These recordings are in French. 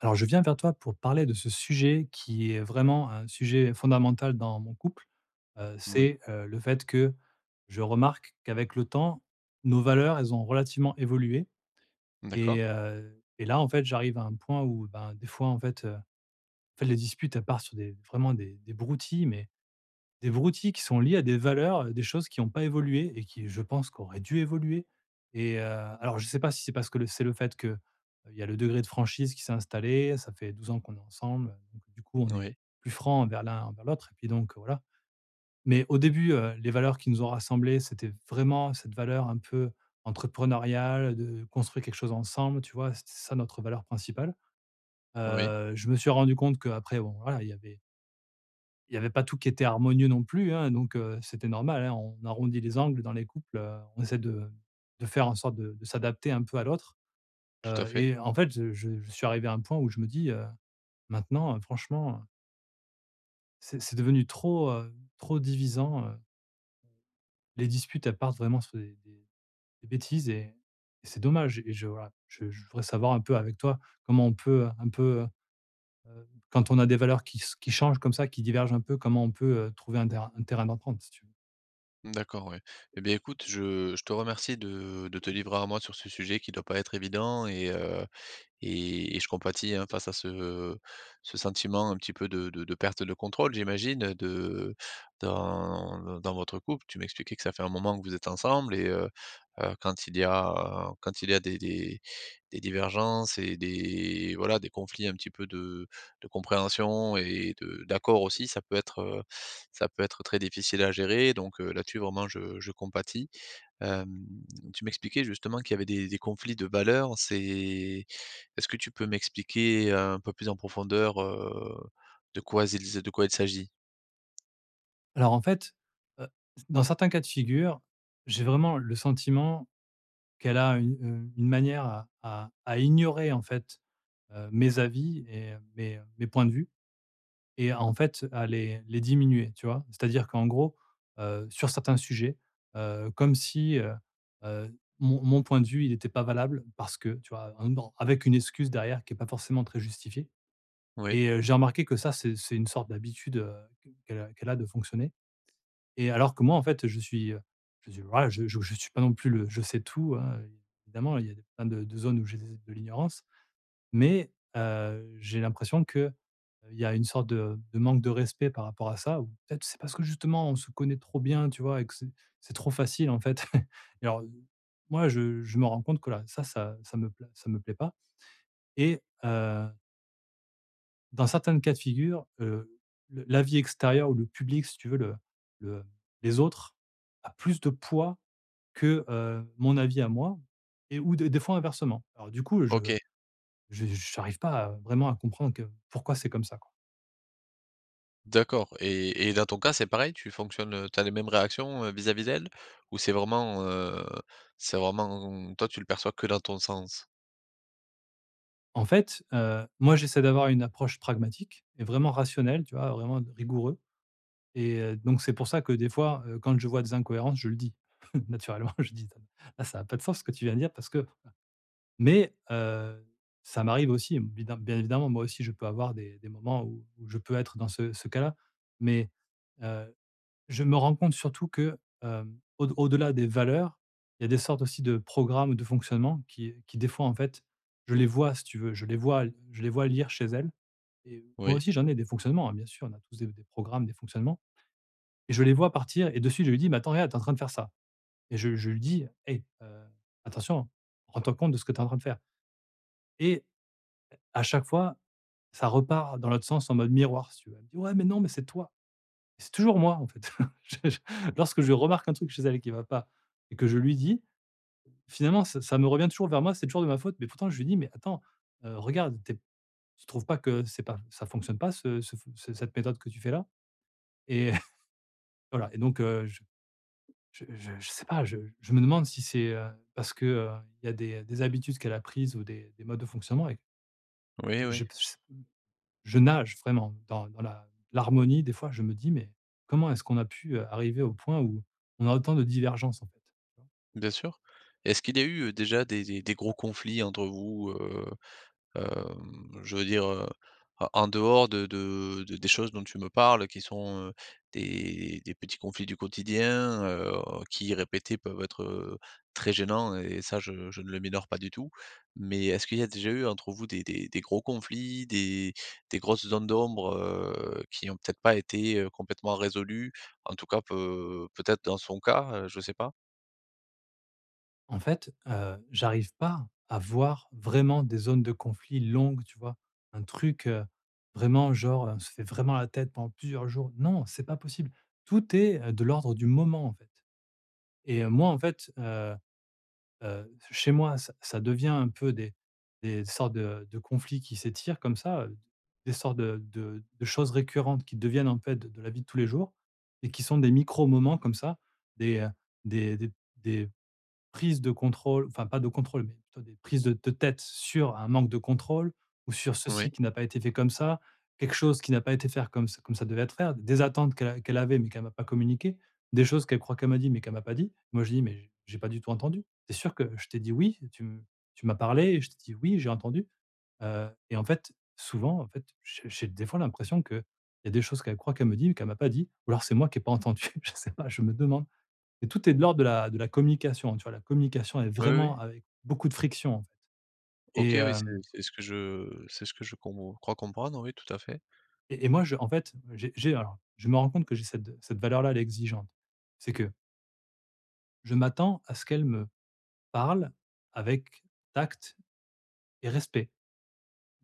Alors, je viens vers toi pour parler de ce sujet qui est vraiment un sujet fondamental dans mon couple. Oui, C'est, le fait que je remarque qu'avec le temps, nos valeurs, elles ont relativement évolué d'accord. et et là, en fait, j'arrive à un point où, ben, des fois, en fait, les disputes, elles partent sur des vraiment des broutilles, mais des broutilles qui sont liées à des valeurs, des choses qui n'ont pas évolué et qui, je pense, qu'auraient dû évoluer et alors je ne sais pas si c'est parce que le c'est le fait que, il y a le degré de franchise qui s'est installé, ça fait 12 ans qu'on est ensemble, donc du coup, on est Oui, plus franc envers l'un envers l'autre et puis donc voilà. Mais au début, les valeurs qui nous ont rassemblés, c'était vraiment cette valeur un peu entrepreneuriale, de construire quelque chose ensemble, tu vois? C'était ça notre valeur principale. oui, Je me suis rendu compte qu'après bon, voilà, il n'y avait pas tout qui était harmonieux non plus, hein, donc c'était normal, hein, on arrondit les angles dans les couples, on essaie de faire en sorte de s'adapter un peu à l'autre, tout à fait. et en fait, je suis arrivé à un point où je me dis, «Maintenant, franchement, c'est devenu trop, trop divisant, les disputes, elles partent vraiment sur des bêtises et c'est dommage» et je voilà, je voudrais savoir un peu avec toi comment on peut, un peu, quand on a des valeurs qui changent comme ça, qui divergent un peu, comment on peut, trouver un terrain d'entente, si tu veux? D'accord, oui. Eh bien, écoute, je te remercie de te livrer à moi sur ce sujet qui doit pas être évident et je compatis, hein, face à ce sentiment un petit peu de perte de contrôle, j'imagine, de dans votre couple. Tu m'expliquais que ça fait un moment que vous êtes ensemble et quand il y a des des divergences et des voilà, des conflits un petit peu de compréhension et de d'accords aussi, ça peut être très difficile à gérer donc là-dessus vraiment je compatis. Hem, tu m'expliquais justement qu'il y avait des conflits de valeurs. C'est est-ce que tu peux m'expliquer, un peu plus en profondeur, de quoi il s'agit? Alors, en fait, heu, dans certains cas de figure, j'ai vraiment le sentiment qu'elle a une manière à ignorer, en fait, mes avis et mes points de vue et en fait, à les diminuer, tu vois? C'est-à-dire qu'en gros, sur certains sujets, comme si, heu, mon point de vue, il n'était pas valable parce que, tu vois? En dans avec une excuse derrière qui est pas forcément très justifiée Oui. et j'ai remarqué que ça, c'est une sorte d'habitude, qu'elle a de fonctionner et alors que moi, en fait, je suis voilà, je suis pas non plus le je sais tout, hein, évidemment, il y a des plein de zones où j'ai des de l'ignorance, mais j'ai l'impression que il y a une sorte de manque de respect par rapport à ça ou peut-être c'est parce que justement on se connaît trop bien, tu vois? Et que c'est trop facile, en fait. Et alors, moi, je me rends compte que, là, ça me plaît pas et dans certains cas de figure, le l'avis extérieur ou le public, si tu veux, le les autres, a plus de poids que, mon avis à moi et ou des fois inversement. Alors du coup, je n'arrive OK, pas à vraiment à comprendre que pourquoi c'est comme ça, quoi. d'accord et dans ton cas, c'est pareil? Tu fonctionnes, tu as les mêmes réactions, vis-à-vis d'elle? Ou c'est vraiment toi, tu le perçois que dans ton sens? En fait, moi j'essaie d'avoir une approche pragmatique et vraiment rationnelle, tu vois? Vraiment rigoureux et donc c'est pour ça que des fois, quand je vois des incohérences, je le dis. Naturellement, je dis: «Là, ça a pas de sens ce que tu viens de dire parce que Mais ça m'arrive aussi, bidam bien évidemment, moi aussi je peux avoir des moments où je peux être dans ce cas-là. Mais heu, je me rends compte surtout que, au au-delà des valeurs, il y a des sortes aussi de programmes ou de fonctionnement qui des fois, en fait, je les vois si tu veux, je les vois lire chez elles et moi Oui. aussi j'en ai des fonctionnements, hein, bien sûr, on a tous des programmes, des fonctionnements et je les vois partir et dessus je lui dis: «Mais attends, regarde, t'es en train de faire ça» et je lui dis: «Hey, attention, rends-toi compte de ce que tu es en train de faire» et à chaque fois, ça repart dans l'autre sens en mode miroir, si tu veux. Elle me dit: «Ouais, mais non, mais c'est toi». Et c'est toujours moi, en fait. Je lorsque je remarque un truc chez elle qui va pas et que je lui dis, finalement, ça me revient toujours vers moi, c'est toujours de ma faute, mais pourtant je lui dis: «Mais attends, regarde, tu trouves pas que c'est pas ça fonctionne pas ce ce ce cette méthode que tu fais là?» et voilà et donc je sais pas, je me demande si c'est, parce que, il y a des habitudes qu'elle a prises ou des modes de fonctionnement et Oui, je oui, je nage vraiment dans dans la l'harmonie. Des fois, je me dis: «Mais comment est-ce qu'on a pu, arriver au point où on a autant de divergences, en fait?» tu vois? bien sûr. Est-ce qu'il y a eu, déjà des gros conflits entre vous. Je veux dire, en en dehors de des choses dont tu me parles qui sont, des petits conflits du quotidien, oh, qui répétés peuvent être, très gênants et ça je ne le minore pas du tout. Mais est-ce qu'il y a déjà eu entre vous des gros conflits, des grosses zones d'ombre, qui ont peut-être pas été, complètement résolues? En tout cas peu peut-être dans son cas, je ne sais pas. En fait, j'arrive pas à voir vraiment des zones de conflit longues, tu vois? Un truc, vraiment genre, on se fait vraiment la tête pendant plusieurs jours. Non, c'est pas possible. Tout est, de l'ordre du moment, en fait et chez moi, ça devient un peu des sortes de conflits qui s'étirent comme ça, des sortes de choses récurrentes qui deviennent en fait de la vie de tous les jours et qui sont des micro moments comme ça, des, heu, des des des prises de contrôle, enfin pas de contrôle, mais plutôt des prises de tête sur un manque de contrôle ou sur ceci Oui. qui n'a pas été fait comme ça, quelque chose qui n'a pas été fait comme ça devait être fait, des attentes qu'elle avait mais qu'elle m'a pas communiquées, des choses qu'elle croit qu'elle m'a dit mais qu'elle m'a pas dit. Moi, je dis: «Mais j'ai pas du tout entendu. C'est sûr que je t'ai dit "oui", tu m'as parlé et je t'ai dit: "Oui, j'ai entendu", et en fait, souvent, en fait, j'ai des fois l'impression que il y a des choses qu'elle croit qu'elle me dit mais qu'elle m'a pas dit ou alors c'est moi qui ai pas entendu, je sais pas, je me demande. Et tout est de l'ordre de la communication, tu vois? La communication est Oui, oui. vraiment avec beaucoup de friction, en fait OK, et oui, c'est hem c'est ce que je com crois comprendre, oui, tout à fait. Et moi, je en fait, j'ai alors, je me rends compte que j'ai cette valeur-là, elle est exigeante. C'est que je m'attends à ce qu'elle me parle avec tact et respect,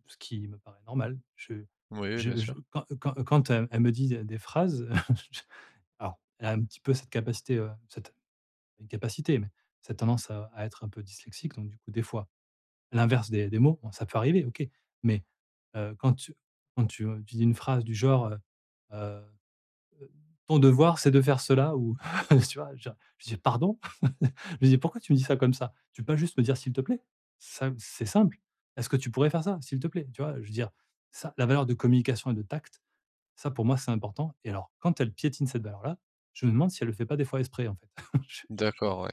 ce qui me paraît normal. Je Oui, bien je je sûr. quand quand elle elle me dit des phrases, je alors, elle a un petit peu cette capacité, cette une capacité, mais cette tendance à être un peu dyslexique, donc du coup, des fois, l'inverse des mots, bon, ça peut arriver, OK. Mais, quand tu quand tu tu dis une phrase du genre, «Ton devoir, c'est de faire cela» ou tu vois? Je dis: «Pardon?» je dis: «Pourquoi tu me dis ça comme ça? Tu peux pas juste me dire: "S'il te plaît"?» ça c'est simple. «Est-ce que tu pourrais faire ça, s'il te plaît?» tu vois? Je veux dire, ça, la valeur de communication et de tact, ça pour moi, c'est important et alors quand elle piétine cette valeur-là, je me demande si elle le fait pas des fois exprès, en fait. Je je D'accord, ouais.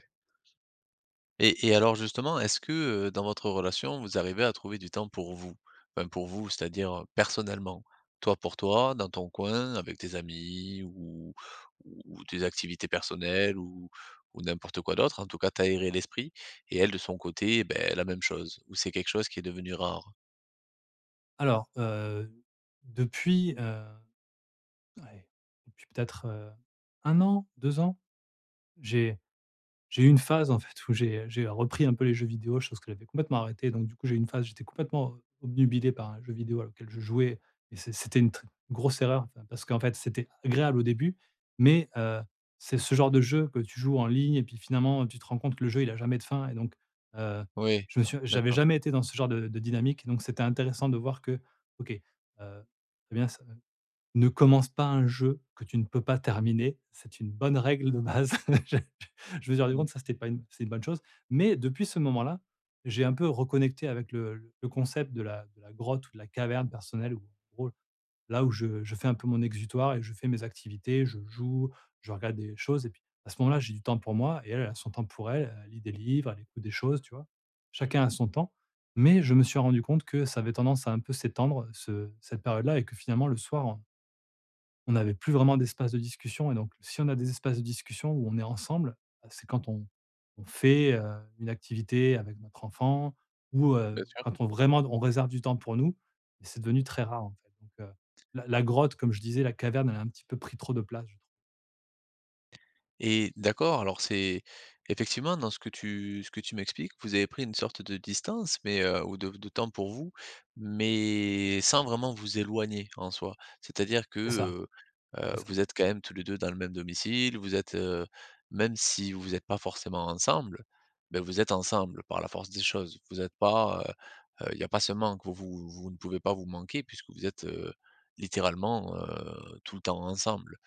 Et alors justement, est-ce que, dans votre relation, vous arrivez à trouver du temps pour vous? Enfin pour vous, c'est-à-dire, personnellement. Toi pour toi, dans ton coin, avec tes amis ou tes activités personnelles ou n'importe quoi d'autre. En tout cas, t'aérer l'esprit et elle de son côté, eh ben la même chose? Ou c'est quelque chose qui est devenu rare? alors, depuis, heu Ouais, depuis peut-être, 1 an, 2 ans, j'ai j'ai eu une phase en fait où j'ai repris un peu les jeux vidéo, chose que j'avais complètement arrêtée. Donc du coup, j'ai eu une phase, j'étais complètement obnubilé par un jeu vidéo auquel je jouais et c'était une très grosse erreur, enfin, parce qu'en fait, c'était agréable au début, mais c'est ce genre de jeu que tu joues en ligne et puis finalement, tu te rends compte que le jeu, il a jamais de fin et donc heu, Oui, je me suis j'avais d'accord. jamais été dans ce genre de dynamique, donc c'était intéressant de voir que, OK, très bien, ça ne commence pas un jeu que tu ne peux pas terminer. C'est une bonne règle de base. Je je me suis rendu Mmh, compte que ça, c'était pas une c'est une bonne chose. Mais depuis ce moment-là, j'ai un peu reconnecté avec le concept de la grotte ou de la caverne personnelle, où en gros, là où je fais un peu mon exutoire et je fais mes activités, je joue, je regarde des choses et puis à ce moment-là, j'ai du temps pour moi et elle, elle a son temps pour elle. Elle lit des livres, elle écoute des choses, tu vois? Chacun a son temps, mais je me suis rendu compte que ça avait tendance à un peu s'étendre, ce cette période-là et que finalement le soir, on n'avait plus vraiment d'espace de discussion et donc si on a des espaces de discussion où on est ensemble, bah, c'est quand on fait, une activité avec notre enfant ou, bien sûr. quand on vraiment on réserve du temps pour nous et c'est devenu très rare, en fait. Donc, la grotte, comme je disais, la caverne, elle a un petit peu pris trop de place, je trouve. Et d'accord, alors c'est effectivement dans ce que tu m'expliques, vous avez pris une sorte de distance, mais ou de temps pour vous, mais sans vraiment vous éloigner en soi. C'est-à-dire que, C'est ça, c'est ça. vous êtes quand même tous les 2 dans le même domicile, vous êtes, même si vous êtes pas forcément ensemble, ben vous êtes ensemble par la force des choses. Vous êtes pas, il n'y a pas ce manque, vous vous ne pouvez pas vous manquer puisque vous êtes, littéralement, tout le temps ensemble.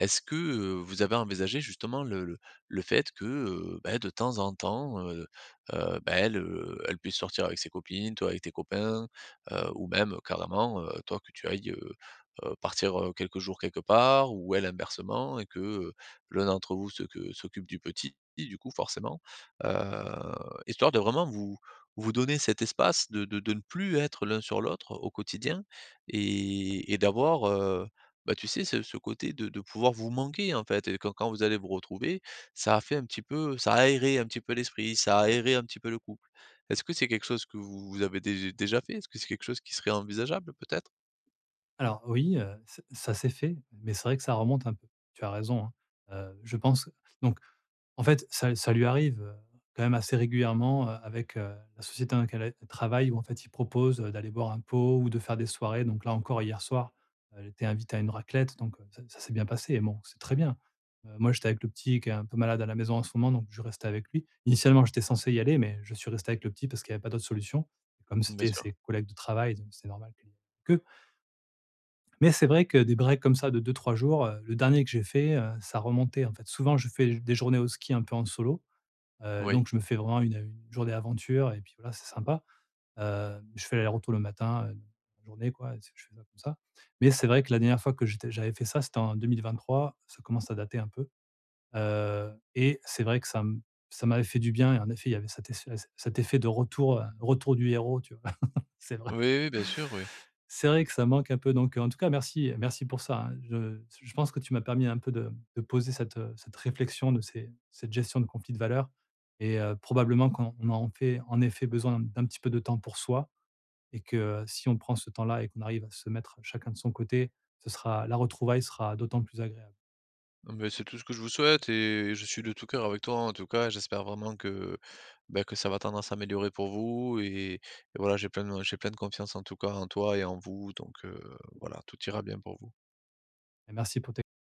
Est-ce que, vous avez envisagé justement le le fait que, bah, de temps en temps, bah, elle, elle puisse sortir avec ses copines, toi avec tes copains, ou même carrément, toi que tu ailles, partir, quelques jours quelque part ou elle inversement et que, l'un d'entre vous se que s'occupe du petit du coup forcément, heu, histoire de vraiment vous donner cet espace de ne plus être l'un sur l'autre au quotidien et d'avoir, bah, tu sais, ce côté de pouvoir vous manquer, en fait et quand vous allez vous retrouver, ça a fait un petit peu ça a aéré un petit peu l'esprit, ça a aéré un petit peu le couple. Est-ce que c'est quelque chose que vous avez dé déjà fait? Est-ce que c'est quelque chose qui serait envisageable, peut-être? Alors oui, ç ça s'est fait, mais c'est vrai que ça remonte un peu. Tu as raison, hein. Je pense donc en fait, ça lui arrive, quand même assez régulièrement, avec, la société dans laquelle elle travaille où en fait, il propose d'aller boire un pot ou de faire des soirées. Donc là encore, hier soir, elle était invitée à une raclette, donc ça ça s'est bien passé et bon, c'est très bien. Moi, j'étais avec le petit qui est un peu malade à la maison en ce moment, donc je restais avec lui. Initialement, j'étais censé y aller, mais je suis resté avec le petit parce qu'il n'y avait pas d'autre solution. Comme Bien c'était sûr. ses collègues de travail, donc c'est normal que mais c'est vrai que des breaks comme ça de deux trois jours, le dernier que j'ai fait, ça remontait en fait. Souvent je fais des journées au ski un peu en solo, Oui. donc je me fais vraiment une journée aventure et puis voilà, c'est sympa. Je fais l'aller-retour le matin, la journée quoi, et c'est je fais ça comme ça. Mais c'est vrai que la dernière fois que j'avais fait ça, c'était en 2023, ça commence à dater un peu, et c'est vrai que ça m'avait fait du bien et en effet, il y avait cet effet de retour, retour du héros, tu vois? C'est vrai. Oui, oui, bien sûr, oui. C'est vrai que ça manque un peu donc, en tout cas merci pour ça, hein. Je pense que tu m'as permis un peu de poser cette, cette réflexion de ces cette gestion de conflits de valeurs et probablement qu'on a en fait en effet besoin d'un petit peu de temps pour soi et que si on prend ce temps-là et qu'on arrive à se mettre chacun de son côté, ce sera la retrouvaille sera d'autant plus agréable Mais c'est tout ce que je vous souhaite et je suis de tout cœur avec toi en tout cas. J'espère vraiment que, bah, que ça va tendre à s'améliorer pour vous et voilà, j'ai plein de confiance en tout cas en toi et en vous. Donc voilà, tout ira bien pour vous. et merci pour tes